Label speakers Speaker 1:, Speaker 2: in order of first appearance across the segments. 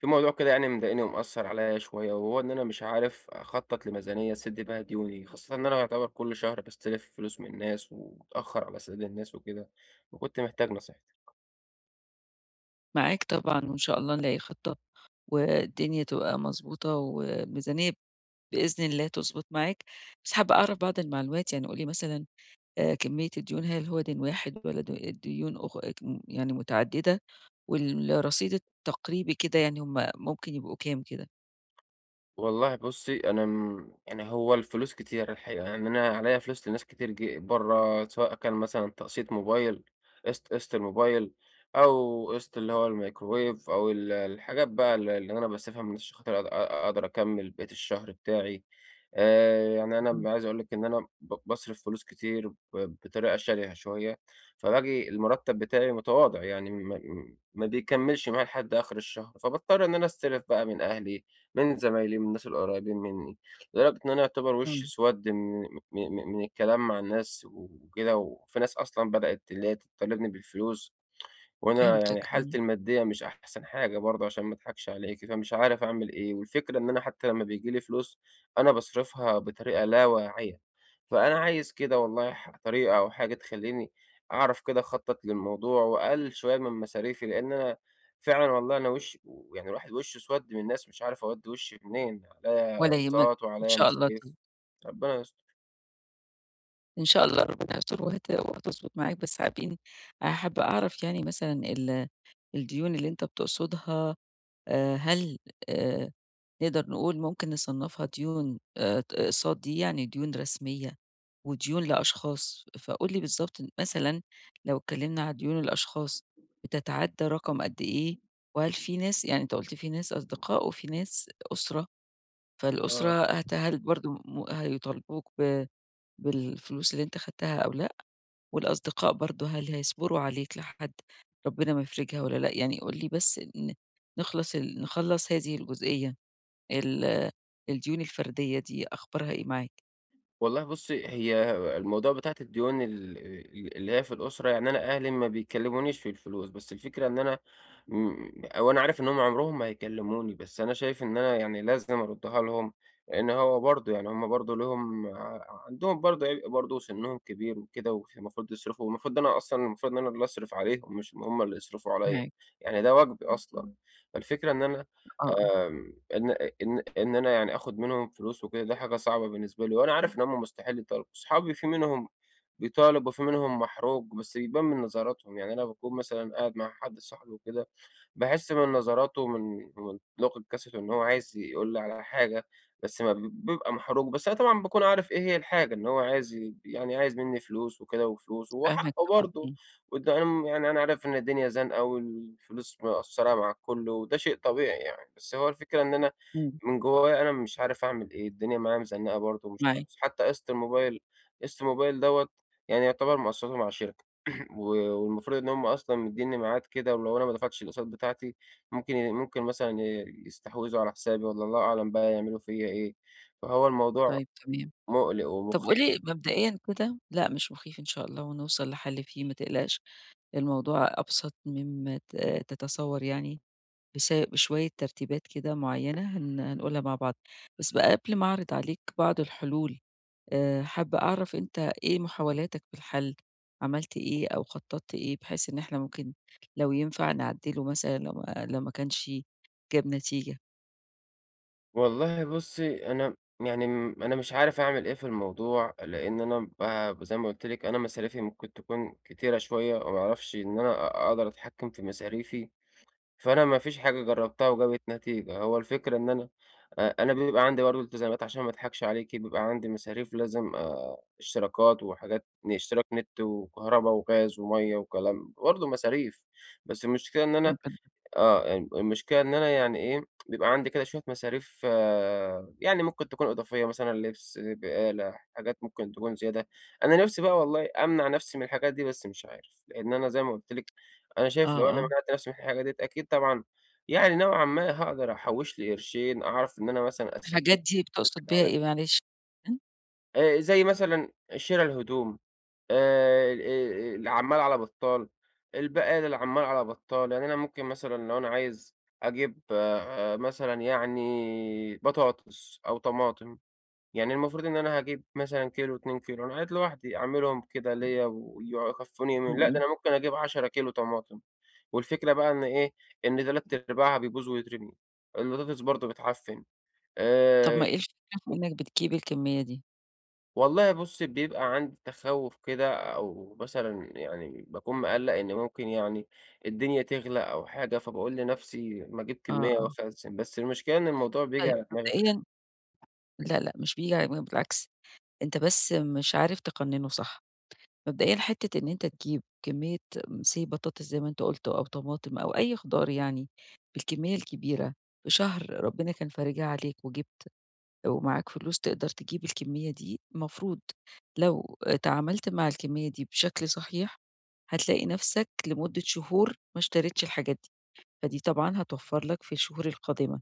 Speaker 1: في موضوع كده يعني مضايقني ومأثر عليا شوية وهو إن أنا مش عارف أخطط لميزانية أسد بيها ديوني، خاصة إن أنا يعتبر كل شهر بستلف فلوس من الناس وبتأخر على سداد الناس وكده، وكنت محتاج نصيحتك.
Speaker 2: معاك طبعًا وإن شاء الله نلاقي خطة والدنيا تبقى مضبوطة والميزانية بإذن الله تضبط معاك، بس حابة أعرف بعض المعلومات، يعني قُل لي مثلًا كمية الديون هل هو دين واحد والّا ديون أخ م يعني متعددة؟ والرصيد التقريبي كده يعني هم ممكن يبقوا كام كده؟
Speaker 1: والله بُصّي، أنا يعني هو الفلوس كتيرة الحقيقة، يعني أنا عليّا فلوس لناس كتير برّه، سواء كان مثلًا تقسيط موبايل، قسط الموبايل، أو قسط اللي هو الميكروويف، أو الحاجات بقى اللي أنا باصرفها من عشان خاطر أقدر أكمّل بقية الشهر بتاعي. يعني أنا
Speaker 2: اهم.
Speaker 1: عايز أقول لِك إن أنا باصرف فلوس كتير بطريقة شرهة شوية، فباجي المرتب بتاعي متواضع، يعني ما بيكمّلش معايا لحد آخر الشهر، فباضطر إن أنا أستلف بقى من أهلي، من زمايلي، من الناس القريبين منّي، لدرجة إن أنا يعتبر وشّي
Speaker 2: إمم.
Speaker 1: اسوَدّ من م م من الكلام مع الناس وكده، وفي ناس أصلًا بدأت اللي هي تطالبني بالفلوس، وأنا يعني
Speaker 2: فهمتك. إمم.
Speaker 1: حالتي المادية مش أحسن حاجة برضه عشان ما أضحكش عليكِ، فمش عارف أعمل إيه، والفكرة إن أنا حتى لمّا بييجي لي فلوس أنا باصرفها بطريقة لا واعية، فأنا عايز كده والله طريقة أو حاجة تخلّيني أعرف كده أخطط للموضوع وأقلل شوية من مصاريفي، لإن أنا فعلًا والله أنا وشي يعني الواحد وشه أسود من الناس، مش عارف أودّي وشي منين، عليّا
Speaker 2: ولا يهمك.
Speaker 1: أقساط
Speaker 2: إن
Speaker 1: وعليّا
Speaker 2: شاء الله ت
Speaker 1: مصاريف، ربنا يستر.
Speaker 2: إن شاء الله ربنا يستر، وهتضبط معاك، بس حابين. آه، حابة أعرف يعني مثلًا الديون اللي أنت بتقصدها، هل آآ نقدر نقول ممكن نصنّفها ديون، أقساط دي يعني ديون رسمية وديون لأشخاص. فقُل لي بالضبط مثلًا لو اتكلّمنا على ديون الأشخاص، بتتعدّى رقم قد إيه؟ وهل في ناس، يعني أنت قُلت في ناس أصدقاء وفي ناس أسرة،
Speaker 1: آه.
Speaker 2: فالأسرة هت هل برضه هيطالبوك بالفلوس اللي أنت خدتها أو لأ؟ والأصدقاء برضه هل هيصبروا عليك لحد ربنا ما يفرجها والّا لأ؟ يعني قُل لي بس ن نخلص ال نخلّص هذه الجزئية. ال الديون الفردية دي أخبارها إيه معاك؟
Speaker 1: والله بُصّي، هي الموضوع بتاعة الديون ال ال اللي هي في الأسرة، يعني أنا أهلي ما بيكلمونيش في الفلوس، بس الفكرة إن أنا أو أنا عارف إن هُم عمرهم ما هيكلموني، بس أنا شايف إن أنا يعني لازم أردّها لهم، لإن هو برضه يعني هُم برضه ليهم عندهم برضه عبء برضه وسنهم كبير وكده، والمفروض يصرفوا، والمفروض أنا أصلًا المفروض إن أنا اللي أصرف عليهم، مش هُم اللي يصرفوا عليَّ،
Speaker 2: معاك.
Speaker 1: يعني ده واجبي أصلًا. اهم. فالفكرة إن أنا
Speaker 2: آه، آه.
Speaker 1: إن إن أنا يعني آخُد منهم فلوس وكده، دي حاجة صعبة بالنسبة لي، وأنا عارف إن هُم مستحيل يطالبوا. صحابي في منهم بيطالب وفي منهم محروج، بس بيبان من نظراتهم، يعني أنا باكون مثلًا قاعد مع حد صاحبي وكده، باحس من نظراته ومن لغة جسده إن هو عايز يقول لي على حاجة، بس ما بي- بيبقى محروج، بس أنا طبعًا باكون عارف إيه هي الحاجة، إن هو عايز يعني عايز منّي فلوس وكده وفلوس، وهو
Speaker 2: فاهماك
Speaker 1: حقه
Speaker 2: طبعًا.
Speaker 1: برضه،
Speaker 2: إمم.
Speaker 1: وده أنا يعني أنا عارف إن الدنيا زنقة والفلوس مقصّرة مع الكل وده شيء طبيعي يعني، بس هو الفكرة إن أنا
Speaker 2: إمم.
Speaker 1: من جوايا أنا مش عارف أعمل إيه، الدنيا معايا مزنّقة برضه، ومش
Speaker 2: معاك.
Speaker 1: عارف حتى قسط الموبايل. قسط الموبايل دوّة يعني يعتبر مقسّطه مع شركة و والمفروض إن هم أصلًا مدّينّي ميعاد كده، ولو أنا ما دفعتش الأقساط بتاعتي ممكن ممكن مثلًا يستحوذوا على حسابي والّا الله أعلم بقى يعملوا فيّا إيه، فهو الموضوع
Speaker 2: طيب، تمام.
Speaker 1: مُقلق
Speaker 2: طب قُل
Speaker 1: ومُخيف.
Speaker 2: لي مبدئيًا كده، لأ مش مخيف إن شاء الله ونوصل لحل فيه، ما تقلقش، الموضوع أبسط مما تتصور يعني، بس بشوية ترتيبات كده معيّنة هنقولها مع بعض. بس بقى قبل ما أعرض عليك بعض الحلول، حابة أعرف أنت إيه محاولاتك في الحل، عملت إيه أو خطّطت إيه بحيث إن إحنا ممكن لو ينفع نعدّله مثلًا، لو ما كانش جاب نتيجة؟
Speaker 1: والله بُصّي، أنا يعني أنا مش عارف أعمل إيه في الموضوع، لإن أنا زي ما قُلت لِك أنا مصاريفي ممكن تكون كتيرة شوية وما أعرفش إن أنا أقدر أتحكّم في مصاريفي. فأنا ما فيش حاجة جرّبتها وجابت نتيجة، هو الفكرة إن أنا أنا بيبقى عندي برضه التزامات عشان ما أضحكش عليكِ، بيبقى عندي مصاريف لازم اشتراكات وحاجات اشتراك نت وكهربا وغاز ومَيّة وكلام برضه مصاريف، بس المشكلة إن أنا
Speaker 2: ممكن.
Speaker 1: آه، يعني المشكلة إن أنا يعني إيه، بيبقى عندي كده شوية مصاريف آه يعني ممكن تكون إضافية، مثلًا لبس، بقالة، حاجات ممكن تكون زيادة. أنا نِفسي بقى والله أمنع نَفسي من الحاجات دي، بس مش عارف، لإن أنا زي ما قُلت لِك أنا
Speaker 2: آه،
Speaker 1: شايف لو أنا
Speaker 2: آه.
Speaker 1: منعت نَفسي من الحاجة ديّة أكيد طبعًا يعني نوعًا ما هاقدر أحوّش لي قرشين، أعرف إن أنا مثلًا أسدّد
Speaker 2: الحاجات دي
Speaker 1: الفلوس
Speaker 2: بتقصد
Speaker 1: اللي
Speaker 2: بيها
Speaker 1: عليّا.
Speaker 2: إيه، معلش؟ إمم.
Speaker 1: زي مثلًا شِرا الهدوم، ال العمّال على بطّال، البقال العمّال على بطّال، يعني أنا ممكن مثلًا لو أنا عايز أجيب آه، آه، مثلًا يعني بطاطس أو طماطم، يعني المفروض إن أنا هاجيب مثلًا كيلو 2 كيلو، أنا قاعد لوحدي أعملهم كده ليّا يكفّوني يومين، لأ ده
Speaker 2: إمم.
Speaker 1: أنا ممكن أجيب 10 كيلو طماطم، والفكرة بقى إن إيه، إن تلات أرباعها بيبوظ ويترمي، البطاطس برضه بتعفّن.
Speaker 2: طب
Speaker 1: آآ
Speaker 2: ما إيه الفكرة في إنك بتجيب الكمية دي؟
Speaker 1: والله بُصّي، بيبقى عندي تخوّف كده أو مثلًا يعني باكون مقلّق إن ممكن يعني الدنيا تغلى أو حاجة، فباقول لنَفْسي ما أجيب
Speaker 2: آه،
Speaker 1: كمّية
Speaker 2: آه.
Speaker 1: وأخزّن، بس المشكلة إن الموضوع بييجي
Speaker 2: طيب
Speaker 1: على دماغي في
Speaker 2: مبدئيًا،
Speaker 1: الآخر.
Speaker 2: لأ، لأ، مش بييجي، على بالعكس، أنت بس مش عارف تقنّنه صح. مبدئيًا حتّة إن أنت تجيب كمية say بطاطس زي ما أنت قُلت، أو طماطم أو أي خضار، يعني بالكمية الكبيرة في شهر ربنا كان فارجها عليك وجبت ومعاك فلوس تقدر تجيب الكمية دي، المفروض لو تعاملت مع الكمية دي بشكل صحيح، هتلاقي نَفْسك لمدة شهور ما اشتريتش الحاجات دي، فدي طبعًا هتوفّر لك في الشهور القادمة.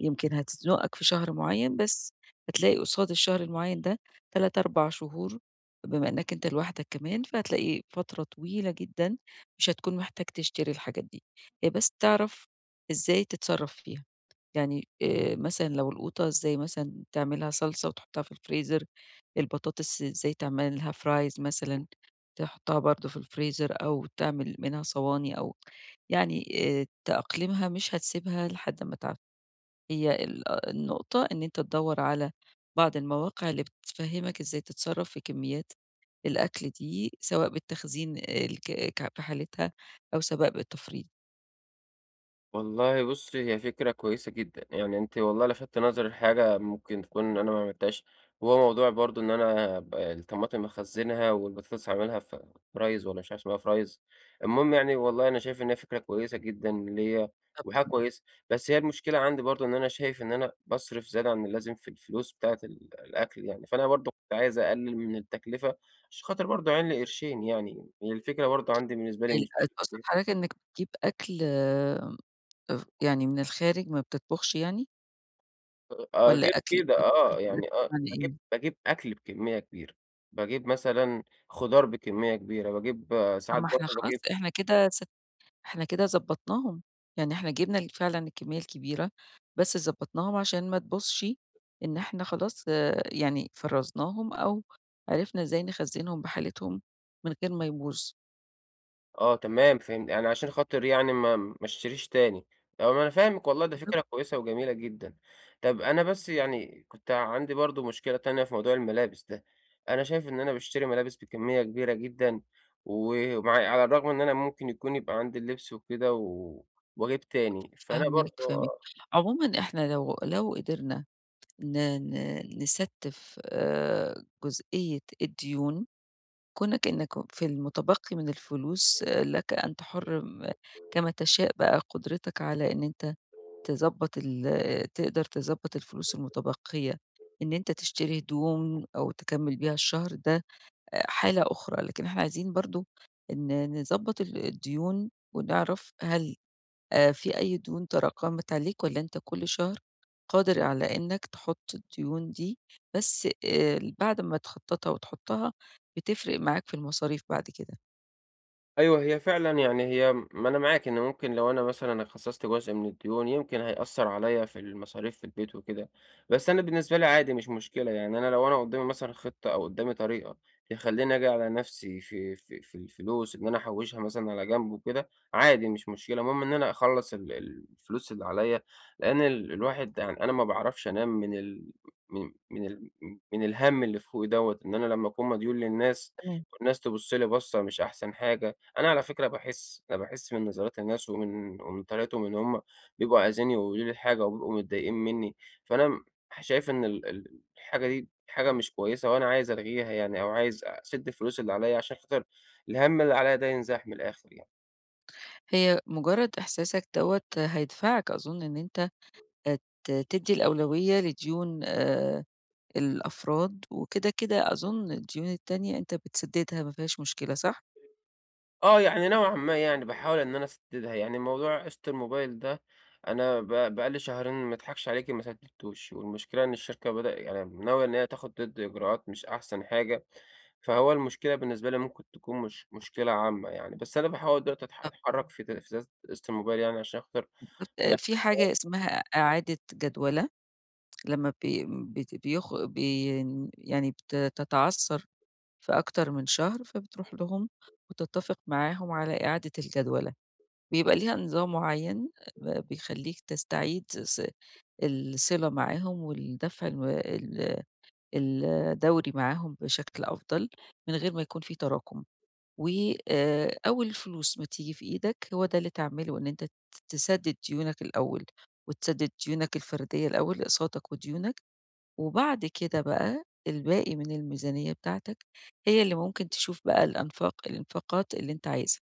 Speaker 2: يمكن هتزنقك في شهر معيّن، بس هتلاقي قصاد الشهر المعيّن ده 3، 4 شهور، بما إنّك أنت لوحدك كمان، فهتلاقي فترة طويلة جدًا مش هتكون محتاج تشتري الحاجات دي، هي بس تعرف إزاي تتصرّف فيها. يعني مثلًا لو القوطة، إزاي مثلًا تعملها صلصة وتحطها في الفريزر، البطاطس إزاي تعملها fries مثلًا تحطها برضه في الفريزر، أو تعمل منها صواني، أو يعني تأقلمها، مش هتسيبها لحد أمّا تعفن. هي ال آه النقطة إن أنت تدوّر على بعض المواقع اللي بتفهّمك إزاي تتصرّف في كميات الأكل دي، سواء بالتخزين الك ك في حالتها أو سواء بالتفريط.
Speaker 1: والله بُصّي، هي فكرة كويسة جدًا، يعني أنتِ والله لفتِ نظري لحاجة ممكن تكون أنا ما عملتهاش، وهو موضوع برضه إن أنا الطماطم أخزّنها والبطاطس أعملها fries، والّا مش عارف اسمها fries، المهم يعني والله أنا شايف إن هي فكرة كويسة جدًا ليّا
Speaker 2: طب
Speaker 1: وحاجة
Speaker 2: تم
Speaker 1: كويسة، بس هي المشكلة عندي برضه إن أنا شايف إن أنا باصرف زيادة عن اللازم في الفلوس بتاعة الأكل يعني، فأنا برضه كنت عايز أقلِّل من التكلفة عشان خاطر برضه أعين لي قرشين يعني، هي الفكرة برضه عندي بالنسبة لي
Speaker 2: ال
Speaker 1: مش
Speaker 2: آه، تقصد حضرتك إنك بتجيب أكل يعني من الخارج ما بتطبخش يعني؟
Speaker 1: آه،
Speaker 2: والّا
Speaker 1: غير
Speaker 2: أكل،
Speaker 1: كده آه، يعني آه،
Speaker 2: يعني
Speaker 1: باجيب
Speaker 2: إيه؟
Speaker 1: باجيب أكل بكمية كبيرة، باجيب مثلًا خضار بكمية كبيرة، باجيب
Speaker 2: طب
Speaker 1: ساعات
Speaker 2: ما إحنا
Speaker 1: برضه
Speaker 2: خلاص،
Speaker 1: باجيب
Speaker 2: إحنا كده ضبّطناهم، يعني إحنا جِبنا فعلًا الكمية الكبيرة، بس ضبّطناهم عشان ما تبوظش، إن إحنا خلاص يعني فرّزناهم، أو عرفنا إزاي نخزّنهم بحالتهم من غير ما يبوظ.
Speaker 1: آه تمام فهمت، يعني عشان خاطر يعني ما اشتريش تاني، آه، ما أنا فاهمِك والله ده
Speaker 2: بالضبط.
Speaker 1: فكرة كويسة وجميلة جدًا. طب أنا بس يعني كنت عندي برضه مشكلة تانية في موضوع الملابس ده، أنا شايف إن أنا باشتري ملابس بكمية كبيرة جدًا، ومع على الرغم إن أنا ممكن يكون يبقى عندي اللبس وكده واجيب تاني، فأنا
Speaker 2: فاهماك،
Speaker 1: برضه
Speaker 2: فاهماك. عمومًا إحنا لو قدرنا ن ن نستِّف جزئية الديون، كونك إنك في المتبقي من الفلوس، لك أن تحُر م كما تشاء بقى قدرتك على إن أنت تضبّط ال تقدر تضبّط الفلوس المتبقية، إن أنت تشتري هدوم أو تكمّل بيها الشهر، ده حالة أخرى، لكن إحنا عايزين برضه إن نضبّط الديون ونعرف هل في أي ديون تراكمت عليك، والّا أنت كل شهر قادر على إنّك تحُط الديون دي، بس بعد ما تخطّطها وتحُطّها بتفرق معاك في المصاريف بعد كده.
Speaker 1: أيوه، هي فعلًا يعني هي ما أنا معاك إن ممكن لو أنا مثلًا خصّصت جزء من الديون يمكن هيأثّر عليّا في المصاريف في البيت وكده، بس أنا بالنسبة لي عادي مش مشكلة، يعني أنا لو أنا قدّامي مثلًا خطة أو قدّامي طريقة تخلّيني أجي على نَفْسي في الفلوس إن أنا أحوّشها مثلًا على جنب وكده، عادي مش مشكلة، المهم إن أنا أخلّص الفلوس اللي عليّا، لإن الواحد يعني أنا ما باعرفش أنام من من ال من الهَم اللي فوقي دوّة، إن أنا لمّا أكون مديون للناس
Speaker 2: تمام.
Speaker 1: والناس تبُص لي بَصّة مش أحسن حاجة. أنا على فكرة باحس، أنا باحس من نظرات الناس ومن طريقتهم إن هُم بيبقوا عايزين يقولوا لي حاجة وبيبقوا متضايقين منّي، فأنا شايف إن ال ال الحاجة دي حاجة مش كويسة وأنا عايز ألغيها يعني، أو عايز أسِد الفلوس اللي عليّا عشان خاطر الهَم اللي عليّا ده ينزاح من الآخر يعني.
Speaker 2: هي مجرّد إحساسك دوّة هيدفعك أظُن إن أنت آآ ت تدّي الأولوية لديون الأفراد، وكده، كده أظن الديون التانية أنت بتسدّدها ما فيهاش مشكلة، صح؟
Speaker 1: آه، يعني نوعًا ما يعني باحاول إن أنا أسدّدها، يعني موضوع قِسط الموبايل ده أنا بقى لي شهرين ما أضحكش عليكِ ما سدّدتوش، والمشكلة إن الشركة بدأ يعني ناوية إن هي تاخد ضدّي إجراءات مش أحسن حاجة، فهو المشكلة بالنسبة لي ممكن تكون مش مشكلة عامة يعني، بس أنا باحاول دلوقتي
Speaker 2: آه،
Speaker 1: أتحرّك في زيادة قِسط الموبايل يعني عشان خاطر
Speaker 2: بالضبط.
Speaker 1: ما
Speaker 2: في
Speaker 1: يحصلش.
Speaker 2: حاجة اسمها إعادة جدولة، لمّا بي بت بيخ بي يعني بتتعثّر في أكتر من شهر، فبتروح لهم وتتّفق معاهم على إعادة الجدولة، بيبقى ليها نظام معيّن بيخلّيك تستعيد الصلة معاهم، والدفع الم ال الدوري معاهم بشكل أفضل، من غير ما يكون في تراكم، و أول الفلوس ما تيجي في إيدك هو ده اللي تعمله، إن أنت تسدد ديونك الأول، وتسدد ديونك الفردية الأول، أقساطك وديونك، وبعد كده بقى الباقي من الميزانية بتاعتك هي اللي ممكن تشوف بقى الإنفاقات اللي أنت عايزها.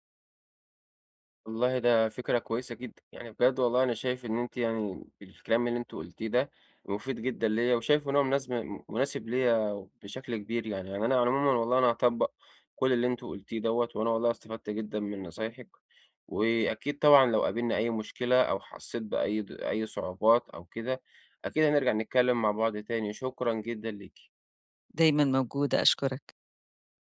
Speaker 1: والله ده فكرة كويسة جدًا، يعني بجد والله أنا شايف إن أنتِ يعني الكلام اللي أنتِ قلتيه ده مفيد جدًا ليّا، وشايف إن هو مناسب ليّا بشكل كبير يعني، يعني أنا عمومًا والله أنا هاطبّق كل اللي أنتِ قلتيه دوّة، وأنا والله استفدت جدًا من نصايحِك، وأكيد طبعًا لو قابلنا أي مشكلة أو حسيت بأي د أي صعوبات أو كده، أكيد هنرجع نتكلم مع بعض تاني، شكرًا جدًا ليكِ.
Speaker 2: دايمًا موجودة، أشكرك.